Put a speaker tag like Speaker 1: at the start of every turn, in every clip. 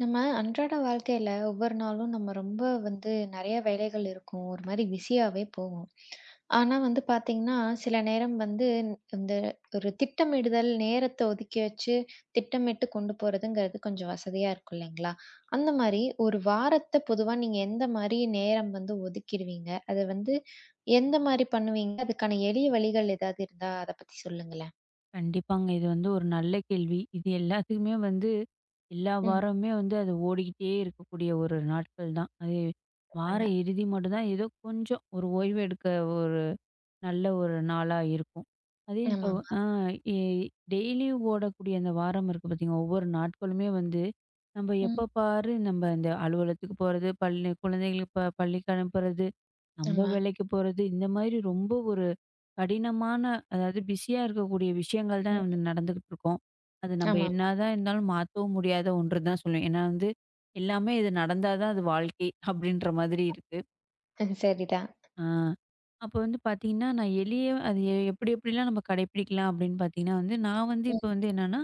Speaker 1: நம்ம அன்றாட வாழ்க்கையில ஒவ்வொரு நாளும் நம்ம ரொம்ப வந்து நிறைய வேலைகள் இருக்கும். ஒரு மாரி பிஸியாவே போகும். ஆனா வந்து பார்த்தீங்கன்னா, சில நேரம் வந்து இந்த ஒரு திட்டமிடுதல் நேரத்த ஒதுக்கி வச்சு திட்டமிட்டு கொண்டு போறதுங்கிறது கொஞ்சம் வசதியா இருக்கும் இல்லைங்களா? அந்த மாரி ஒரு வாரத்த பொதுவா நீங்க எந்த மாரி நேரம் வந்து ஒதுக்கிடுவீங்க? அத வந்து எந்த மாரி பண்ணுவீங்க? அதுக்கான எளிய வழிகள் ஏதாவது இருந்தா அத பத்தி சொல்லுங்களேன்?
Speaker 2: கண்டிப்பாங்க. இது வந்து ஒரு நல்ல கேள்வி. இது எல்லாத்துக்குமே வந்து எல்லா
Speaker 1: ம்.
Speaker 2: வாரமுமே வந்து அது ஓடிக்கிட்டே இருக்கக்கூடிய ஒரு நாட்கள் தான். அது வார
Speaker 1: ஆமா.
Speaker 2: இறுதி மட்டும் தான் ஏதோ கொஞ்சம் ஒரு ஓய்வு எடுக்க ஒரு நல்ல ஒரு நாளா இருக்கும். அதே இப்போ
Speaker 1: ஆமாமா.
Speaker 2: ஆ எ டெய்லியும் ஓடக்கூடிய அந்த வாரம் இருக்கு பார்த்தீங்க, ஒவ்வொரு நாட்களுமே வந்து நம்ம
Speaker 1: ம்.
Speaker 2: எப்ப பாரு நம்ம இந்த அலுவலகத்துக்கு போறது, பள்ளி குழந்தைகளுக்கு பள்ளிக்கு அனுப்புறது, நம்ம
Speaker 1: ஆமா.
Speaker 2: வேலைக்கு போறது, இந்த மாதிரி ரொம்ப ஒரு கடினமான அதாவது பிஸியா இருக்கக்கூடிய விஷயங்கள் தான்
Speaker 1: ம்.
Speaker 2: வந்து நடந்துகிட்டு இருக்கும். அது நம்ம
Speaker 1: ஆமாமா.
Speaker 2: என்னதான் இருந்தாலும் மாத்தவும் முடியாத ஒன்று தான் சொல்லுவேன். ஏன்னா வந்து எல்லாமே இது நடந்தா தான் அது வாழ்க்கை அப்படின்ற மாதிரி இருக்கு.
Speaker 1: சரிதான்.
Speaker 2: ஆ அப்போ வந்து பார்த்தீங்கன்னா, நான் எளிய அது எப்படி எப்படிலாம் நம்ம கடைப்பிடிக்கலாம் அப்படின்னு பார்த்தீங்கன்னா வந்து, நான் வந்து இப்போ வந்து என்னன்னா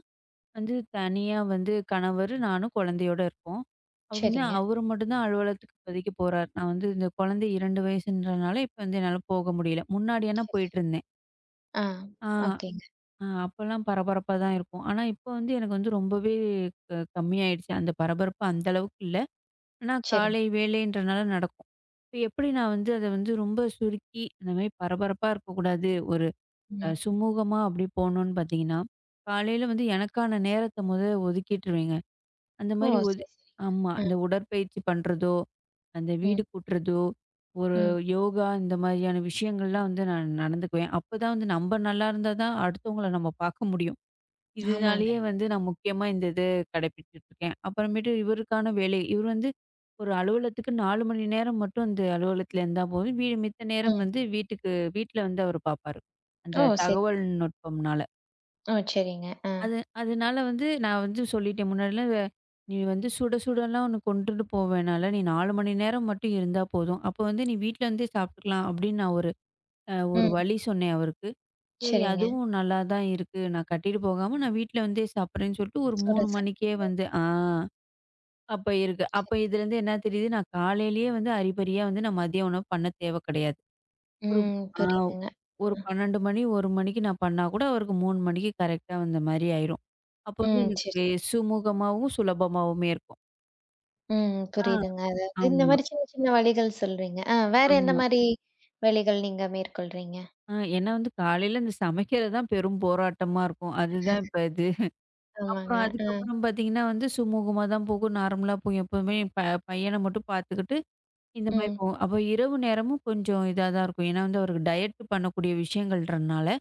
Speaker 2: வந்து தனியா வந்து கணவர், நானும் குழந்தையோட இருக்கோம். அப்ப வந்து
Speaker 1: சரிங்க.
Speaker 2: அவரு மட்டும் தான் அலுவலகத்துக்கு இப்போதைக்கு போறாரு. நான் வந்து இந்த குழந்தை 2 வயசுன்றனால, இப்ப வந்து என்னால போக முடியல. முன்னாடி ஆனா
Speaker 1: சரி, சரி.
Speaker 2: போயிட்டுருந்தேன்.
Speaker 1: ஆ.
Speaker 2: ஆ,
Speaker 1: ஓகேங்க.
Speaker 2: அ அப்பலாம் பரபரப்பா தான் இருக்கும். ஆனா இப்ப வந்து எனக்கு வந்து ரொம்பவே கம்மியாயிடுச்சு. அந்த பரபரப்பு அந்த அளவுக்கு இல்ல. ஆனா
Speaker 1: சரிங்க.
Speaker 2: காலை வேலைன்றனால நடக்கும். இப்ப எப்படி நான் வந்து அத வந்து ரொம்ப சுருக்கி, அந்த மாரி பரபரப்பா இருக்கக்கூடாது. ஒரு
Speaker 1: ம்.
Speaker 2: சுமூகமா அப்படி போணும்னு பார்த்தீங்கன்னா, காலையில வந்து எனக்கான நேரத்த ஒதுக்கிட்டுருவேங்க. அந்த
Speaker 1: ஓ!
Speaker 2: மாரி
Speaker 1: சரி, சரிங்க.
Speaker 2: ஆமா.
Speaker 1: அ,
Speaker 2: அந்த உடற்பயிற்சி பண்றதோ, அந்த வீடு
Speaker 1: ம்,
Speaker 2: கூட்டுறதோ, ஒரு
Speaker 1: ம்.
Speaker 2: யோகா இந்த மாதிரியான விஷயங்கள்லாம் வந்து நான் நடந்துக்குவேன். அப்பதான் வந்து நம்ம நல்லா இருந்தா தான் அடுத்தவங்கள நம்ம பார்க்க முடியும்.
Speaker 1: ஆமாங்க.
Speaker 2: இதனாலேயே வந்து நான் முக்கியமா இந்த இது கடைப்பிடிச்சுட்டுருக்கேன். அப்புறமேட்டு இவருக்கான வேலை இவர் வந்து ஒரு அலுவலகத்துக்கு 4 மணி நேரம் மட்டும் அந்த அலுவலகத்துல இருந்தா போதும். மித்த நேரம்
Speaker 1: ம்.
Speaker 2: வந்து வீட்டுக்கு வீட்ல வந்து அவர் பார்ப்பாரு.
Speaker 1: ஓ!
Speaker 2: அந்த
Speaker 1: சரி.
Speaker 2: தகவல் நுட்பம்னால.
Speaker 1: ஓ! சரிங்க. ஆ.
Speaker 2: அது அதனால வந்து நான் வந்து சொல்லிட்டேன் முன்னாடிலாம், நீ வந்து சுட சுடலாம் ஒண்ணு கொண்டுட்டு போ வேணாம்ல. நீ 4 மணி நேரம் மட்டும் இருந்தா போதும். அப்போ வந்து நீ வீட்ல இருந்தே சாப்பிட்டுக்கலாம்." அப்படின்னு நான் ஒரு ஒரு
Speaker 1: ம்.
Speaker 2: வழி சொன்னேன் அவருக்கு. சரி
Speaker 1: சரிங்க.
Speaker 2: அதுவும் நல்லா தான் இருக்கு. நான் கட்டிட்டு போகாம நான் வீட்ல வந்தே சாப்பிடுறேன்னு சொல்லிட்டு ஒரு
Speaker 1: சுட
Speaker 2: 3
Speaker 1: சாப்
Speaker 2: மணிக்கே
Speaker 1: ம்.
Speaker 2: வந்து அப்ப இருக்கு. அப்ப
Speaker 1: சரி.
Speaker 2: இதுலேருந்து என்ன தெரியுது? நான் காலையிலேயே வந்து அரிபரியா வந்து நான் மதிய உணவு பண்ண தேவை கிடையாது. ஒரு
Speaker 1: ம்.
Speaker 2: ஆ
Speaker 1: புரியுதுங்க.
Speaker 2: ஒரு
Speaker 1: ம்.
Speaker 2: 12 மணி, 1 மணிக்கு நான் பண்ணா கூட அவருக்கு 3 மணிக்கு கரெக்ட்டா வந்த மாரி ஆயிரும். அப்போ வந்து
Speaker 1: ம். சரி,
Speaker 2: எனக்கு
Speaker 1: சரி.
Speaker 2: சுமூகமாவும், சுலபமாவுமே இருக்கும்.
Speaker 1: ம்.
Speaker 2: ஆ.
Speaker 1: புரியுதுங்க. அதாவது இந்த
Speaker 2: ஆமா,
Speaker 1: மாரி சின்ன சின்ன வழிகள் சொல்றீங்க. ஆ வேற எந்த
Speaker 2: ஆமா.
Speaker 1: மாரி வழிகள் நீங்க மேற்கொள்றீங்க?
Speaker 2: ஏன்னா வந்து காலையில இந்த சமைக்கிறது தான் பெரும் போராட்டமா இருக்கும். அதுதான் இப்ப இது.
Speaker 1: ஆமாங்க.
Speaker 2: அப்புறம்
Speaker 1: ஆ.
Speaker 2: அதுக்கப்புறம் பார்த்தீங்கன்னா வந்து சுமூகமா தான் போகும். நார்மலா போகும். எப்பவுமே என் பையன மட்டும் பார்த்துக்கிட்டு இந்த மாரி
Speaker 1: ம்.
Speaker 2: போகும். அப்போ இரவு நேரமும் கொஞ்சம் இதா தான் இருக்கும். ஏன்னா வந்து அவருக்கு டயட் பண்ணக்கூடிய விஷயங்கள்ன்றனால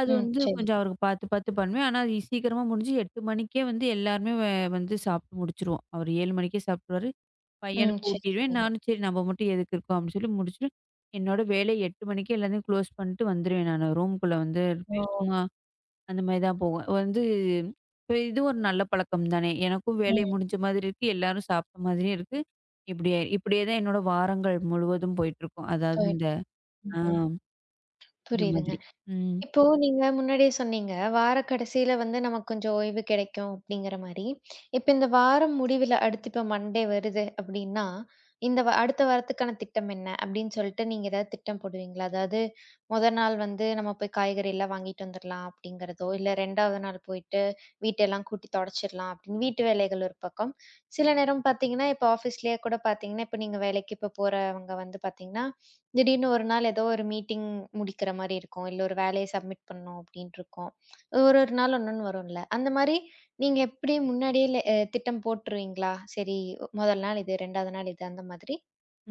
Speaker 2: அது ம்.
Speaker 1: ம்.
Speaker 2: வந்து
Speaker 1: சரி.
Speaker 2: கொஞ்சம் அவருக்கு பார்த்து பார்த்து பண்ணுவேன். ஆனா, அது சீக்கிரமா முடிஞ்சு 8 மணிக்கே வந்து எல்லாருமே வந்து சாப்பிட்டு முடிச்சுருவோம். அவர் 7 மணிக்கே சாப்பிட்டுருவாரு. ம்.
Speaker 1: ம்.
Speaker 2: பையனுக்கு
Speaker 1: சரி,
Speaker 2: ஊட்டிருவேன்.
Speaker 1: சரிங்க.
Speaker 2: நானும் சரி நம்ம மட்டும் எதுக்கு இருக்கோம் அப்படின்னு சொல்லி முடிச்சுட்டு, என்னோட வேலை 8 மணிக்கே எல்லாத்தையும் க்ளோஸ் பண்ணிட்டு வந்துருவேன் நானு. ரூமுக்குள்ள வந்து இருப்பேன்.
Speaker 1: ஓ!
Speaker 2: சும்மா அந்த மாரி தான் போவேன். வந்து இப்ப இது ஒரு நல்ல பழக்கம் தானே! எனக்கும் வேலை
Speaker 1: ம்.
Speaker 2: முடிஞ்ச மாதிரி இருக்கு. எல்லாரும் சாப்பிட்ட மாதிரியும் இருக்கு. இப்படியே இப்படியே தான் என்னோட வாரங்கள் முழுவதும் போயிட்டுருக்கும். அதாவது இந்த
Speaker 1: போயிட்டு
Speaker 2: ஆ
Speaker 1: ம்.
Speaker 2: இந்த
Speaker 1: புரியுதுங்க.
Speaker 2: மாதிரி. ம்.
Speaker 1: இப்போ நீங்க முன்னாடியே சொன்னீங்க, வார கடைசியில வந்து நமக்கு கொஞ்சம் ஓய்வு கிடைக்கும் அப்படிங்கிற மாரி. இப்ப இந்த வாரம் முடிவில அடுத்து இப்ப மண்டே வருது அப்படின்னா, இந்த வ அடுத்த வாரத்துக்கான திட்டம் என்ன? அப்படின்னு சொல்லிட்டு நீங்க ஏதாவது திட்டம் போடுவீங்களா? அதாவது முதல் நாள் வந்து நம்ம போய் காய்கறிலாம் வாங்கிட்டு வந்துரலாம் அப்படிங்கிறதோ, இல்ல 2வது நாள் போயிட்டு வீட்டெல்லாம் கூட்டி தொடச்சிடலாம் அப்படின்னு வீட்டு வேலைகள் ஒரு பக்கம். சில நேரம் பார்த்தீங்கன்னா, இப்ப ஆஃபீஸ்லயே கூட பார்த்தீங்கன்னா, இப்ப நீங்க வேலைக்கு இப்ப போறவங்க வந்து பார்த்தீங்கன்னா, திடீர்னு ஒரு நாள் ஏதோ ஒரு மீட்டிங் முடிக்கிற மாரி இருக்கும். இல்ல ஒரு வேலைய சப்மிட் பண்ணணும் அப்டின்ட்டு இருக்கும். ஒரு ஒரு நாள் ஒன்னொன்னு வரும்ல. அந்த மாரி நீங்க எப்டி முன்னாடியே ல அ திட்டம் போட்டுருவீங்களா? சரி, முதல் நாள் இது, 2வது நாள் இது அந்த மாதிரி?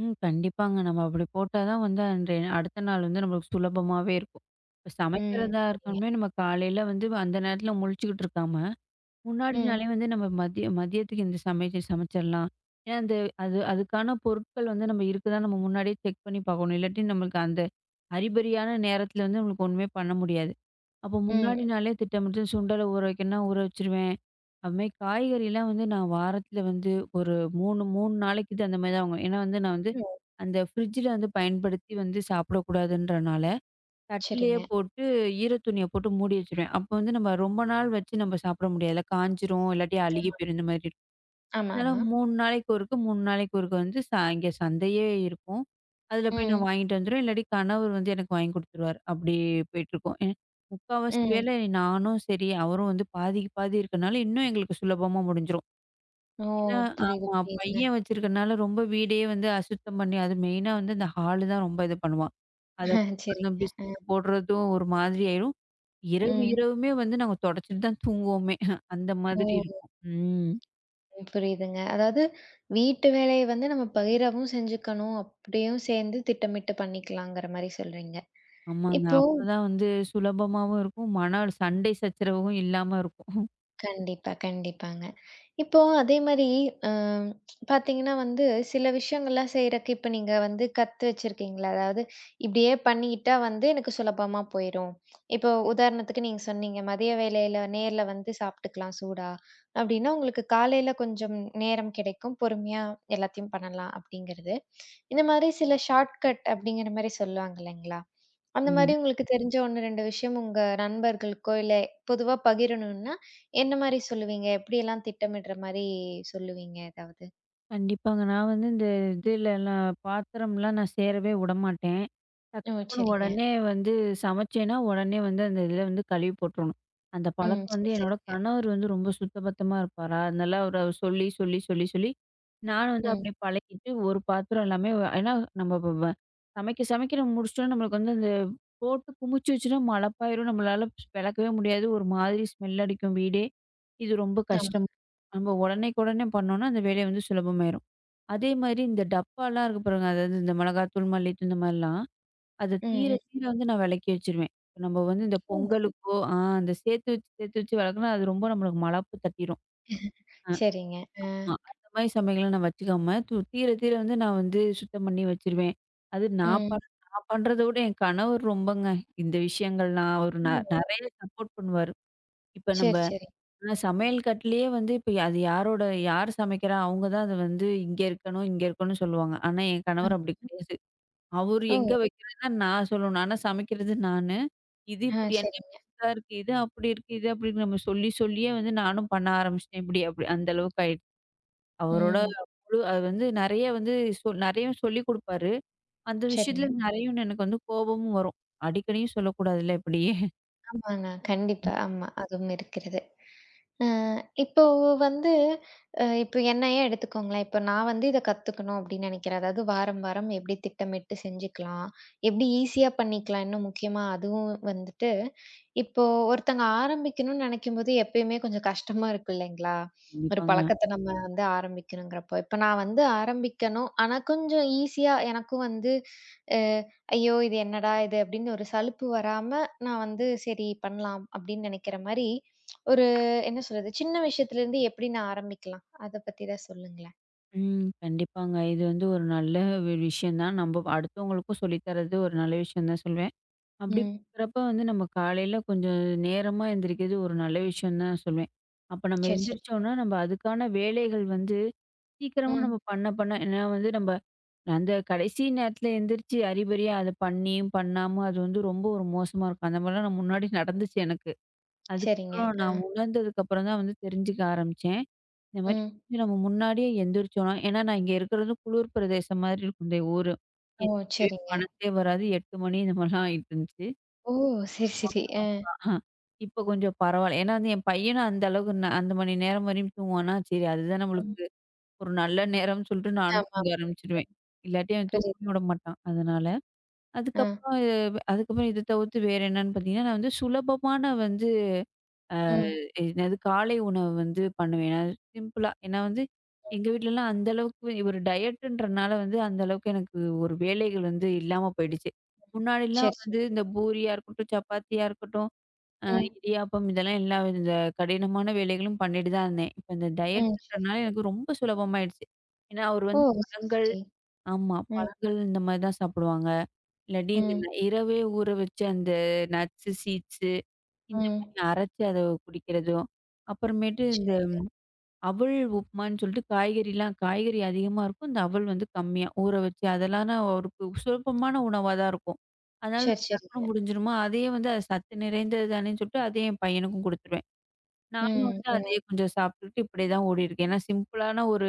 Speaker 2: ம். கண்டிப்பாங்க. நம்ம அப்படி போட்டா தான் வந்து அன்றைய அடுத்த நாள் வந்து நம்மளுக்கு சுலபமாவே இருக்கும். இப்ப
Speaker 1: ம்.
Speaker 2: சமைக்கிறதா
Speaker 1: சரிங்க.
Speaker 2: இருக்கணுமே நம்ம காலையில வந்து அந்த நேரத்துல முழிச்சுக்கிட்டு இருக்காம, முன்னாடி
Speaker 1: ம்.
Speaker 2: நாளே வந்து நம்ம மதிய மதியத்துக்கு இந்த சமைச்சு சமைச்சிடலாம். ஏன்னா அந்த அது அதுக்கான பொருட்கள் வந்து நம்ம இருக்குதா நம்ம முன்னாடியே செக் பண்ணி பார்க்கணும். இல்லாட்டி நம்மளுக்கு அந்த அரிபரியான நேரத்துல வந்து நம்மளுக்கு ஒண்ணுமே பண்ண முடியாது. அப்போ
Speaker 1: ம்.
Speaker 2: முன்னாடி நாளே திட்டமிட்டு சுண்டலை ஊற வைக்கணும்னா ஊற வச்சுருவேன். அதுமாரி காய்கறிலாம் வந்து நான் வாரத்தில வந்து ஒரு 3, 3 நாளைக்கு இது அந்த மாரி தான் ஆகும். ஏன்னா வந்து நான் வந்து
Speaker 1: ஓ!
Speaker 2: அந்த ஃப்ரிட்ஜில வந்து பயன்படுத்தி வந்து சாப்பிடக்கூடாதுன்றனால, தட்டிலேயே
Speaker 1: சரிங்க.
Speaker 2: போட்டு ஈர துணிய போட்டு மூடி வச்சுருவேன். அப்போ வந்து நம்ம ரொம்ப நாள் வச்சு நம்ம சாப்பிட முடியாதுல்ல. காஞ்சிரும் இல்லாட்டி அழுகி
Speaker 1: ஆமா.
Speaker 2: போயிரும் இந்த மாதிரி.
Speaker 1: ஆமா,
Speaker 2: அதனால
Speaker 1: ஆமா.
Speaker 2: 3 நாளைக்கு ஒருக்க, 3 நாளைக்கு ஒருக்க வந்து இங்க சந்தையே இருக்கும். அதில போய் நான்
Speaker 1: ம்.
Speaker 2: வாங்கிட்டு வந்துருவேன். இல்லாட்டி கணவர் வந்து எனக்கு வாங்கி குடுத்துருவாரு. அப்படி போயிட்டுருக்கும். முக்காவாசி
Speaker 1: ம்.
Speaker 2: வேலை நானும் சரி, அவரும் வந்து பாதிக்கு பாதி இருக்கனால, இன்னும் எங்களுக்கு சுலபமா முடிஞ்சிரும்.
Speaker 1: ஓ!
Speaker 2: ஏன்னா
Speaker 1: புரியுது,
Speaker 2: ஆமா.
Speaker 1: புரியுதுங்க.
Speaker 2: பையன் வச்சிருக்கனால ரொம்ப வீடே வந்து அசுத்தம் பண்ணி, அது மெயினா வந்து இந்த ஹாலு தான் ரொம்ப இது பண்ணுவான். அத கொட்டுறதும்,
Speaker 1: சரிங்க. அ.
Speaker 2: பிஸ்கட்ட போடுறதும் ஒரு மாதிரி ஆயிரும். இரவு
Speaker 1: ம்.
Speaker 2: இரவுமே வந்து நாங்க தொடச்சிட்டு தான் தூங்குவோமே! அந்த
Speaker 1: ஓ!
Speaker 2: மாதிரி இருக்கும். ம்.
Speaker 1: ம், புரியுதுங்க. அதாவது வீட்டு வேலைய வந்து நம்ம பகிரவும் செஞ்சுக்கணும். அப்டியும் சேர்ந்து திட்டமிட்டு பண்ணிக்கலாங்கிற மாரி சொல்றீங்க.
Speaker 2: ஆமாங்க.
Speaker 1: இப்போ
Speaker 2: அப்பதான் வந்து சுலபமாவும் இருக்கும். மன சண்டை சச்சரவும் இல்லாம இருக்கும்.
Speaker 1: கண்டிப்பா, கண்டிப்பாங்க. இப்போ அதே மாரி அ பார்த்தீங்கன்னா வந்து, சில விஷயங்கள்லாம் செய்றக்கு இப்ப நீங்க வந்து கத்து வச்சிருக்கீங்களா? அதாவது இப்படியே பண்ணிக்கிட்டா வந்து எனக்கு சுலபமா போயிரும். இப்போ உதாரணத்துக்கு நீங்க சொன்னீங்க, "மதிய வேளையில நேர்ல வந்து சாப்பிட்டுக்கலாம் சூடா." அப்படின்னா உங்களுக்கு காலையில கொஞ்சம் நேரம் கிடைக்கும். பொறுமையா எல்லாத்தையும் பண்ணலாம் அப்படிங்கிறது. இந்த மாரி சில ஷார்ட்கட் அப்படிங்கிற மாரி சொல்லுவாங்க இல்லைங்களா? அந்த
Speaker 2: ஆமா.
Speaker 1: மாரி உங்களுக்கு தெரிஞ்ச 1, 2 விஷயம் உங்க நண்பர்களுக்கோ, இல்ல பொதுவா பகிரணும்னா, என்ன மாரி சொல்லுவீங்க? எப்படியெல்லாம் திட்டமிடுற மாரி சொல்லுவீங்க ஏதாவது?
Speaker 2: கண்டிப்பாங்க. நான் வந்து இந்த இதுலலாம் பாத்திரம்லாம் நான் சேரவே விடமாட்டேன். டக்கு
Speaker 1: ஓ!
Speaker 2: டக்குன்னு
Speaker 1: சரிங்க.
Speaker 2: உடனே வந்து சமைச்சேன்னா, உடனே வந்து அந்த இதில வந்து கழுவி போட்டுறணும். அந்த
Speaker 1: ம்.
Speaker 2: பழக்கம் வந்து
Speaker 1: சரி,
Speaker 2: என்னோட
Speaker 1: சரிங்க.
Speaker 2: கணவர் வந்து ரொம்ப சுத்தபத்தமா இருப்பாரா, அதனால அவரு சொல்லி நான் வந்து
Speaker 1: ம்.
Speaker 2: அப்படியே பழகிட்டு ஒரு பாத்திரம் எல்லாமே வ- ஏன்னா நம்ம வ வ சமைக்க சமைக்க நம்ம முடிச்சுட்டோம்னா, நம்மளுக்கு வந்து அந்த போட்டு குமிச்சு வச்சுட்டா மலப்பாயிரும். நம்மளால விளக்கவே முடியாது. ஒரு மாதிரி ஸ்மெல் அடிக்கும் வீடே. இது ரொம்ப
Speaker 1: ஆமா.
Speaker 2: கஷ்டம். நம்ம உடனேக்கு உடனே பண்ணோம்னா, அந்த வேலைய வந்து சுலபமாயிரும். அதே மாரி இந்த டப்பாலாம் இருக்கு பாருங்க. அதாவது இந்த மிளகாத்தூள், மல்லித்தூள் இந்த மாரிலாம். அது
Speaker 1: ம்,
Speaker 2: தீர
Speaker 1: ம்.
Speaker 2: தீர வந்து நான் விலக்கி வச்சுருவேன். இப்ப நம்ம வந்து இந்த பொங்கலுக்கோ அந்த சேர்த்து வச்சு சேர்த்து வச்சு வளர்க்கனா, அது ரொம்ப நம்மளுக்கு மலாப்பு தட்டிரும்.
Speaker 1: ம். சரிங்க. ஆ.
Speaker 2: ஆமா. அந்த மாரி சமயங்கள்ல நான் வச்சுக்காம, தீர தீர வந்து நான் வந்து சுத்தம் பண்ணி வச்சுருவேன். அது
Speaker 1: ம்.
Speaker 2: நான் பண்றத விட என் கணவர் ரொம்பங்க இந்த விஷயங்கள்லாம் அவரு
Speaker 1: ம்.
Speaker 2: நெறைய சப்போர்ட் பண்ணுவாரு. இப்ப நம்ப
Speaker 1: சரி, சரி.
Speaker 2: ஆனா சமையல் கட்டுலயே வந்து இப்ப அது யாரோட யார் சமைக்கிறா? அவங்க தான் அது வந்து இங்க இருக்கணும், இங்க இருக்கணும்னு சொல்லுவாங்க. ஆனா என்
Speaker 1: அ.
Speaker 2: கணவர் அப்படி கிடையாது. அவரு எங்க
Speaker 1: ஓ!
Speaker 2: வைக்கிறதுன்னா நான் சொல்லணும். ஆனா சமைக்கிறது நானு. இது
Speaker 1: ஆ
Speaker 2: இப்படி என்ன
Speaker 1: சரிங்க.
Speaker 2: பெருசா இருக்கு, இது அப்படி இருக்கு, இது அப்படின்னு நம்ம சொல்லி சொல்லியே வந்து நானும் பண்ண ஆரம்பிச்சுட்டேன். இப்படி அப்படி அந்த அளவுக்கு ஆயிடுச்சு. அவரோட
Speaker 1: ம்.
Speaker 2: முழு அது வந்து நெறைய வந்து நெறைய சொல்லிக் குடுப்பாரு. அந்த
Speaker 1: சரிங்க.
Speaker 2: விஷயத்துல நெறைய எனக்கு வந்து கோபமும் வரும். அடிக்கடியும் சொல்லக்கூடாதுல்ல இப்படி.
Speaker 1: ஆமாங்க. கண்டிப்பா. ஆமா. அதுவும் இருக்கிறது. அ இப்போ வந்து அ இப்போ என்னையே எடுத்துக்கோங்களேன். இப்போ நான் வந்து இத கத்துக்கணும் அப்படின்னு நினைக்கிறேன். அதாவது வாரம், வாரம் எப்படி திட்டமிட்டு செஞ்சுக்கலாம்? எப்படி ஈஸியா பண்ணிக்கலாம்? இன்னும் முக்கியமா அதுவும் வந்துட்டு, இப்போ ஒருத்தங்க ஆரம்பிக்கணும்னு நினைக்கும்போது எப்பயுமே கொஞ்சம் கஷ்டமா இருக்கும் இல்லைங்களா? ஒரு
Speaker 2: கண்டிப்பாங்க.
Speaker 1: பழக்கத்த நம்ம வந்து ஆரம்பிக்கணுங்கிறப்போ. இப்ப நான் வந்து ஆரம்பிக்கணும். ஆனா கொஞ்சம் ஈஸியா எனக்கும் வந்து, அ ஐயோ! இது என்னடா இது அப்படின்னு ஒரு சலுப்பு வராம நான் வந்து சரி பண்ணலாம் அப்படின்னு நினைக்கிற மாரி, ஒரு என்ன சொல்றது? சின்ன விஷயத்துலேருந்து எப்படி நான் ஆரம்பிக்கலாம்? அத பத்தி தான் சொல்லுங்களேன்.
Speaker 2: ம். கண்டிப்பாங்க. இது வந்து ஒரு நல்ல ஒரு விஷயம் தான். நம்ப அடுத்தவங்களுக்கும் சொல்லி தர்றது ஒரு நல்ல விஷயம் தான் சொல்வேன். அப்படி
Speaker 1: ம்.
Speaker 2: இருக்கிறப்ப வந்து நம்ம காலையில கொஞ்சம் நேரமா எந்திரிக்கிறது ஒரு நல்ல விஷயம் தான் சொல்வேன். அப்ப நம்ம
Speaker 1: சரி, சரி.
Speaker 2: எந்திரிச்சோம்னா, நம்ம அதுக்கான வேலைகள் வந்து சீக்கிரமா ம்.
Speaker 1: ம்.
Speaker 2: நம்ம பண்ண பண்ண ஏன்னா வந்து நம்ம அந்த கடைசி நேரத்துல எந்திரிச்சு, அரிபரியா அத பண்ணியும் பண்ணாம அது வந்து ரொம்ப ஒரு மோசமா இருக்கும். அந்த மாதிரிலாம் நான் முன்னாடி நடந்துச்சு எனக்கு.
Speaker 1: சரிங்க.
Speaker 2: அதுக்கப்புறம்
Speaker 1: ஆ.
Speaker 2: நான் உணர்ந்ததுக்கு அப்புறம் தான் வந்து தெரிஞ்சுக்க ஆரம்பிச்சேன். இந்த மாரி
Speaker 1: ம்.
Speaker 2: கொஞ்சம் நம்ம முன்னாடியே எந்திரிச்சோம்னா ஏன்னா நான் இங்க இருக்கிறது குளிர் பிரதேசம் மாதிரி இருக்கும் இந்த ஊரு.
Speaker 1: ஓ!
Speaker 2: எந்திரிக்கவே
Speaker 1: சரிங்க.
Speaker 2: மனசே வராது 8 மணி இந்த மாரிலாம் ஆயிட்டு இருந்துச்சு.
Speaker 1: ஓ! சரி, சரி. ஆ.
Speaker 2: ஆ இப்போ கொஞ்சம் பரவாயில்ல. ஏன்னா வந்து என் பையனும் அந்த அளவுக்கு அந்த மணி நேரம் வரையும் தூங்குவானா, சரி அதுதான்
Speaker 1: ம்.
Speaker 2: நம்மளுக்கு ஒரு நல்ல நேரம்னு சொல்லிட்டு நானும்
Speaker 1: ஆமா.
Speaker 2: தூங்க ஆரம்பிச்சுருவேன். இல்லாட்டி அவன்
Speaker 1: புரியுது.
Speaker 2: தூங்கவே விட மாட்டான். அதனால
Speaker 1: ஆ.
Speaker 2: அதுக்கப்புறம் அதுக்கப்புறம் இத தவிர்த்து வேற என்னன்னு பார்த்தீங்கன்னா, நான் வந்து சுலபமான வந்து அ
Speaker 1: ம்.
Speaker 2: என்னது காலை உணவு வந்து பண்ணுவேன். ஏன்னா சிம்பிளா. ஏன்னா வந்து
Speaker 1: ம்.
Speaker 2: எங்க வீட்லலாம் அந்த அளவுக்கு ஒரு டயட்டுன்றனால வந்து அந்த அளவுக்கு எனக்கு ஒரு வேலைகள் வந்து இல்லாம போயிடுச்சு. முன்னாடிலாம்
Speaker 1: சரி,
Speaker 2: வந்து
Speaker 1: சரி.
Speaker 2: இந்த பூரியா இருக்கட்டும், சப்பாத்தியா இருக்கட்டும்,
Speaker 1: ம்.
Speaker 2: இடியாப்பம் இதெல்லாம் எல்லா இந்த கடினமான வேலைகளும் பண்ணிட்டு தான் இருந்தேன். இப்ப இந்த
Speaker 1: ம். சரி.
Speaker 2: டயட்ன்றனால எனக்கு ரொம்ப சுலபமாயிடுச்சு. ஏன்னா அவரு
Speaker 1: ஓ!
Speaker 2: வந்து
Speaker 1: சரி,
Speaker 2: பழங்கள்
Speaker 1: சரி.
Speaker 2: ஆமா.
Speaker 1: ம்.
Speaker 2: பழங்கள் இந்த மாரி தான் சாப்பிடுவாங்க. இல்லாட்டி இந்த
Speaker 1: ம்.
Speaker 2: ந- இரவே ஊற வச்ச அந்த நட்ஸ், சீட்ஸ் இந்த
Speaker 1: ம்.
Speaker 2: மாரி அரைச்சு அத குடிக்கிறதும். அப்புறமேட்டு இந்த
Speaker 1: சரிங்க.
Speaker 2: அவல் உப்புமான்னு சொல்லிட்டு காய்கறிலாம் காய்கறி அதிகமா இருக்கும். இந்த அவல் வந்து கம்மியா ஊற வச்சு அதெல்லாம் அவருக்கு சுலபமான உணவா தான் இருக்கும். அதனால
Speaker 1: சரி,
Speaker 2: டக்குனு
Speaker 1: சரிங்க.
Speaker 2: முடிஞ்சிருமா, அதையே வந்து அது சத்து நிறைந்தது தானேன்னு சொல்லிட்டு அதையும் என் பையனுக்கும் குடுத்துருவேன். நானும்
Speaker 1: ம்.
Speaker 2: வந்து அதையே
Speaker 1: ம்.
Speaker 2: கொஞ்சம் சாப்பிட்டுட்டு இப்படியே தான் ஓடிருக்கேன். ஏன்னா சிம்பிளான ஒரு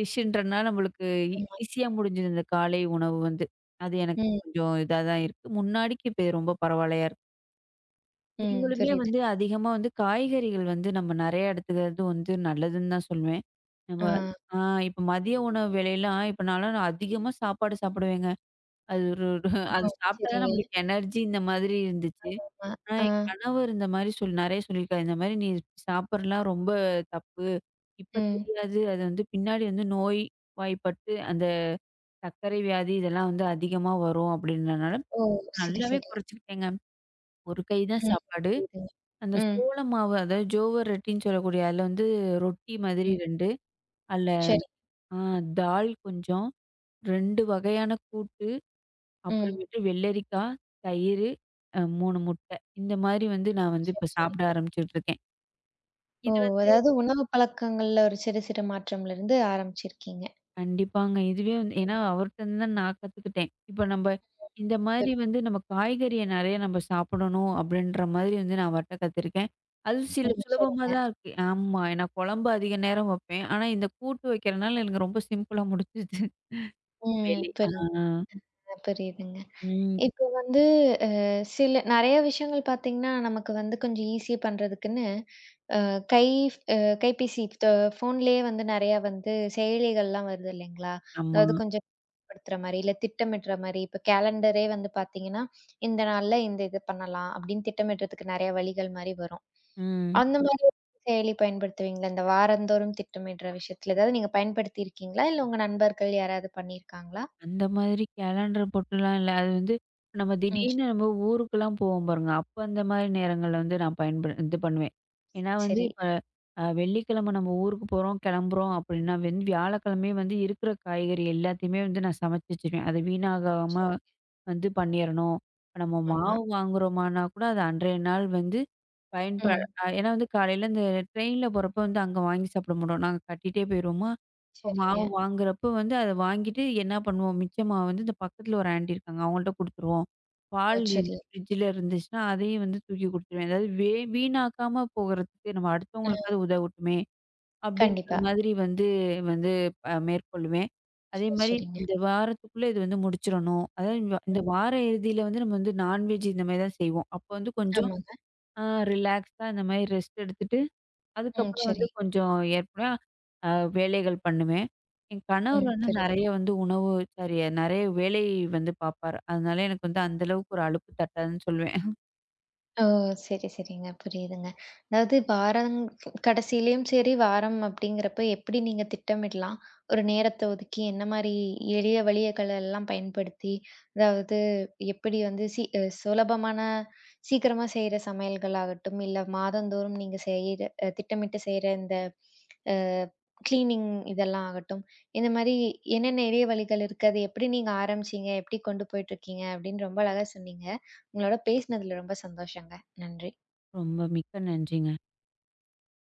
Speaker 2: டிஷ்ன்றனால நம்மளுக்கு
Speaker 1: ஆமா.
Speaker 2: ஈஸியா முடிஞ்சது இந்த காலை உணவு வந்து. அது எனக்கு
Speaker 1: ம்.
Speaker 2: கொஞ்சம் இதா தான் இருக்கு. முன்னாடிக்கு இப்ப ரொம்ப பரவாயில்லையா இருக்கு.
Speaker 1: ம்.
Speaker 2: நீங்களுமே
Speaker 1: புரியுது.
Speaker 2: வந்து அதிகமா வந்து காய்கறிகள் வந்து நம்ம நெறைய எடுத்துக்கிறது வந்து நல்லதுன்னு தான் சொல்லுவேன். நம்ம
Speaker 1: ஆ.
Speaker 2: ஆ இப்ப மதிய உணவு வேளைலாம் இப்ப நான்லாம் நான் அதிகமா சாப்பாடு சாப்பிடுவேங்க. அது ஒரு ஒரு- அது
Speaker 1: ஓ!
Speaker 2: சாப்பிட்டா தான்
Speaker 1: சரிங்க.
Speaker 2: நம்மளுக்கு எனர்ஜி இந்த மாதிரி இருந்துச்சு.
Speaker 1: ஆமா.
Speaker 2: ஆனா
Speaker 1: ஆ.
Speaker 2: என் கணவர் இந்த மாரி சொல்லி நெறைய சொல்லியிருக்காரு. இந்த மாரி நீ சாப்பிடலாம் ரொம்ப தப்பு. இப்ப
Speaker 1: ம்.
Speaker 2: தெரியாது. அது வந்து பின்னாடி வந்து நோய் வாய்ப்பட்டு அந்த சர்க்கரை வியாதி இதெல்லாம் வந்து அதிகமா வரும் அப்படின்றனால
Speaker 1: ஓ! சரி,
Speaker 2: நல்லாவே
Speaker 1: சரி.
Speaker 2: குறைச்சுக்கிட்டேங்க. ஒரு கை தான்
Speaker 1: ம்.
Speaker 2: சாப்பாடு.
Speaker 1: புரியுதுங்க.
Speaker 2: அந்த
Speaker 1: ம்,
Speaker 2: சோள மாவு, அதாவது ஜோவர் ரொட்டின்னு சொல்லக்கூடிய, அதில வந்து ரொட்டி மாதிரி
Speaker 1: ம்.
Speaker 2: 2 அதில
Speaker 1: சரி.
Speaker 2: ஆ தால் கொஞ்சம், 2 வகையான கூட்டு,
Speaker 1: ம்.
Speaker 2: அப்புறமேட்டு வெள்ளரிக்கா, தயிரு, 3 முட்டை. இந்த மாரி வந்து நான் வந்து
Speaker 1: சரி,
Speaker 2: இப்ப சாப்பிட
Speaker 1: சரிங்க.
Speaker 2: ஆரம்பிச்சுட்டுருக்கேன்.
Speaker 1: ஓ!
Speaker 2: இது வந்து
Speaker 1: அதாவது உணவு பழக்கங்கள்ல ஒரு சிறு சிறு மாற்றம்லருந்து ஆரம்பிச்சிருக்கீங்க.
Speaker 2: கண்டிப்பாங்க. இதுவே வந்து ஏன்னா அவர்ட்டருந்து தான் நான் கத்துக்கிட்டேன். இப்ப நம்ப
Speaker 1: ம்.
Speaker 2: இந்த மாரி
Speaker 1: சரி.
Speaker 2: வந்து நம்ம காய்கறிய நெறைய நம்ம சாப்பிடணும் அப்படின்ற மாதிரி வந்து நான் அவர்ட்ட கத்துருக்கேன். அது சில
Speaker 1: ம்.
Speaker 2: சுலபமா
Speaker 1: சரிங்க.
Speaker 2: தான் இருக்கு. ஆமா. நான் குழம்பு அதிக நேரம் வைப்பேன். ஆனா இந்த கூட்டு வைக்கிறனால எனக்கு ரொம்ப சிம்பிளா முடிஞ்சுது.
Speaker 1: ம்.
Speaker 2: வேலை. ஆ.
Speaker 1: புரியுது, புரியுதுங்க.
Speaker 2: ம்.
Speaker 1: இப்போ வந்து அ சில நெறைய விஷயங்கள் பார்த்தீங்கன்னா, நமக்கு வந்து கொஞ்சம் ஈஸி பண்றதுக்குன்னு அ கை அ கைபேசி ஃபோன்லயே வந்து நெறையா வந்து செயலிகள்லாம் வருது இல்லைங்களா?
Speaker 2: ஆமா.
Speaker 1: அதாவது கொஞ்சம் படுத்துற மாரி, இல்ல திட்டமிடுற மாரி, இப்ப கேலண்டரே வந்து பார்த்தீங்கன்னா, இந்த நாள்ல இந்த இது பண்ணலாம் அப்படின்னு திட்டமிடுறதுக்கு நெறைய வழிகள் மாரி வரும்.
Speaker 2: ம்.
Speaker 1: அந்த மாரி செயலி பயன்படுத்துவீங்களா? இந்த வாரந்தோறும் திட்டமிடுற விஷயத்துல ஏதாவது நீங்க பயன்படுத்தி இருக்கீங்களா? இல்ல உங்க நண்பர்கள் யாராவது பண்ணியிருக்காங்களா?
Speaker 2: அந்த மாதிரி கேலண்டர் போட்டுலாம் இல்ல. அது வந்து நம்ம
Speaker 1: ம்.
Speaker 2: திடீர்னு நம்ம ஊருக்குலாம் போவோம் பாருங்க. அப்ப அந்த மாதிரி நேரங்கள்ல வந்து நான் இது பண்ணுவேன். ஏன்னா வந்து
Speaker 1: சரி, சரி.
Speaker 2: இப்ப வெள்ளிக்கிழமை நம்ம ஊருக்கு போறோம், கிளம்புறோம் அப்படின்னா வந்து வியாழக்கிழமையே வந்து இருக்கிற காய்கறி எல்லாத்தையுமே வந்து நான் சமைச்சு வச்சுருவேன். அது வீணாகாம
Speaker 1: சரி.
Speaker 2: வந்து பண்ணிறணும். இப்ப நம்ம
Speaker 1: ஆமா.
Speaker 2: மாவு வாங்குறோமான்னா கூட அது அன்றைய நாள் வந்து பயன்ப
Speaker 1: ம்.
Speaker 2: அ ஏன்னா வந்து காலையில இந்த ட்ரெயின்ல போறப்போ வந்து அங்க வாங்கி சாப்பிட மாட்டோம். நாங்க கட்டிட்டே போயிருவோமா, இப்போ மாவு
Speaker 1: சரிங்க.
Speaker 2: வாங்குறப்போ வந்து அத வாங்கிட்டு என்ன பண்ணுவோம், மிச்ச மாவு வந்து இந்த பக்கத்துல ஒரு ஆன்டி இருக்காங்க. அவங்கள்ட்ட குடுத்துருவோம்.
Speaker 1: ஓ!
Speaker 2: பால் இருந்து
Speaker 1: சரி.
Speaker 2: ஃப்ரிட்ஜ்ல இருந்துச்சுன்னா, அதையும் வந்து தூக்கி குடுத்துருவேன். அதாவது வீணாக்காம போகறதுக்கு நம்ம
Speaker 1: அ
Speaker 2: அடுத்தவங்களுக்காவது உதவட்டுமே! அப்படின்ற
Speaker 1: கண்டிப்பா.
Speaker 2: மாதிரி வந்து வந்து மேற்கொள்வேன்.
Speaker 1: சரி,
Speaker 2: அதேமாரி
Speaker 1: சரிங்க.
Speaker 2: இந்த வாரத்துக்குள்ள இது வந்து முடிச்சிரணும். அதாவது இந்த வா- இந்த
Speaker 1: ம்.
Speaker 2: வார இறுதியில வந்து நம்ம வந்து நான்வெஜ் இந்த மாரி தான் செய்வோம். அப்போ வந்து கொஞ்சம்
Speaker 1: ஆமாங்க.
Speaker 2: அ ரிலாக்ஸா இந்த மாரி ரெஸ்ட் எடுத்துட்டு,
Speaker 1: ம்.
Speaker 2: அதுக்கப்புறம் வந்து
Speaker 1: சரி.
Speaker 2: கொஞ்சம் ஏற்பனா அ வேலைகள் பண்ணுவேன். என் கணவர்
Speaker 1: ம்.
Speaker 2: ம். வந்து
Speaker 1: புரியுது.
Speaker 2: நெறைய வந்து உணவு சாரி நெறைய வேலை வந்து பார்ப்பாரு. அதனால எனக்கு வந்து அந்த அளவுக்கு ஒரு அலுப்பு தட்டாதுன்னு சொல்லுவேன்.
Speaker 1: ஓ! சரி, சரிங்க. புரியுதுங்க. அதாவது வாரம் கடைசியிலயும் சரி, வாரம் அப்படிங்கிறப்ப எப்படி நீங்க திட்டமிடலாம்? ஒரு நேரத்த ஒதுக்கி என்ன மாரி எளிய வழிகள எல்லாம் பயன்படுத்தி, அதாவது எப்படி வந்து சி அ சுலபமான சீக்கிரமா செய்ற சமையல்கள் ஆகட்டும், இல்ல மாதந்தோறும் நீங்க செய்ற அ திட்டமிட்டு செய்ற இந்த அ கிளீனிங் இதெல்லாம் ஆகட்டும். இந்த மாரி என்னென்ன எளிய வழிகள் இருக்கு? அது எப்படி நீங்க ஆரம்பிச்சீங்க? எப்படி கொண்டு போயிட்டுருக்கீங்க? அப்படின்னு ரொம்ப அழகா சொன்னீங்க. உங்களோட பேசினதுல ரொம்ப சந்தோஷங்க. நன்றி.
Speaker 2: ரொம்ப மிக்க நன்றிங்க.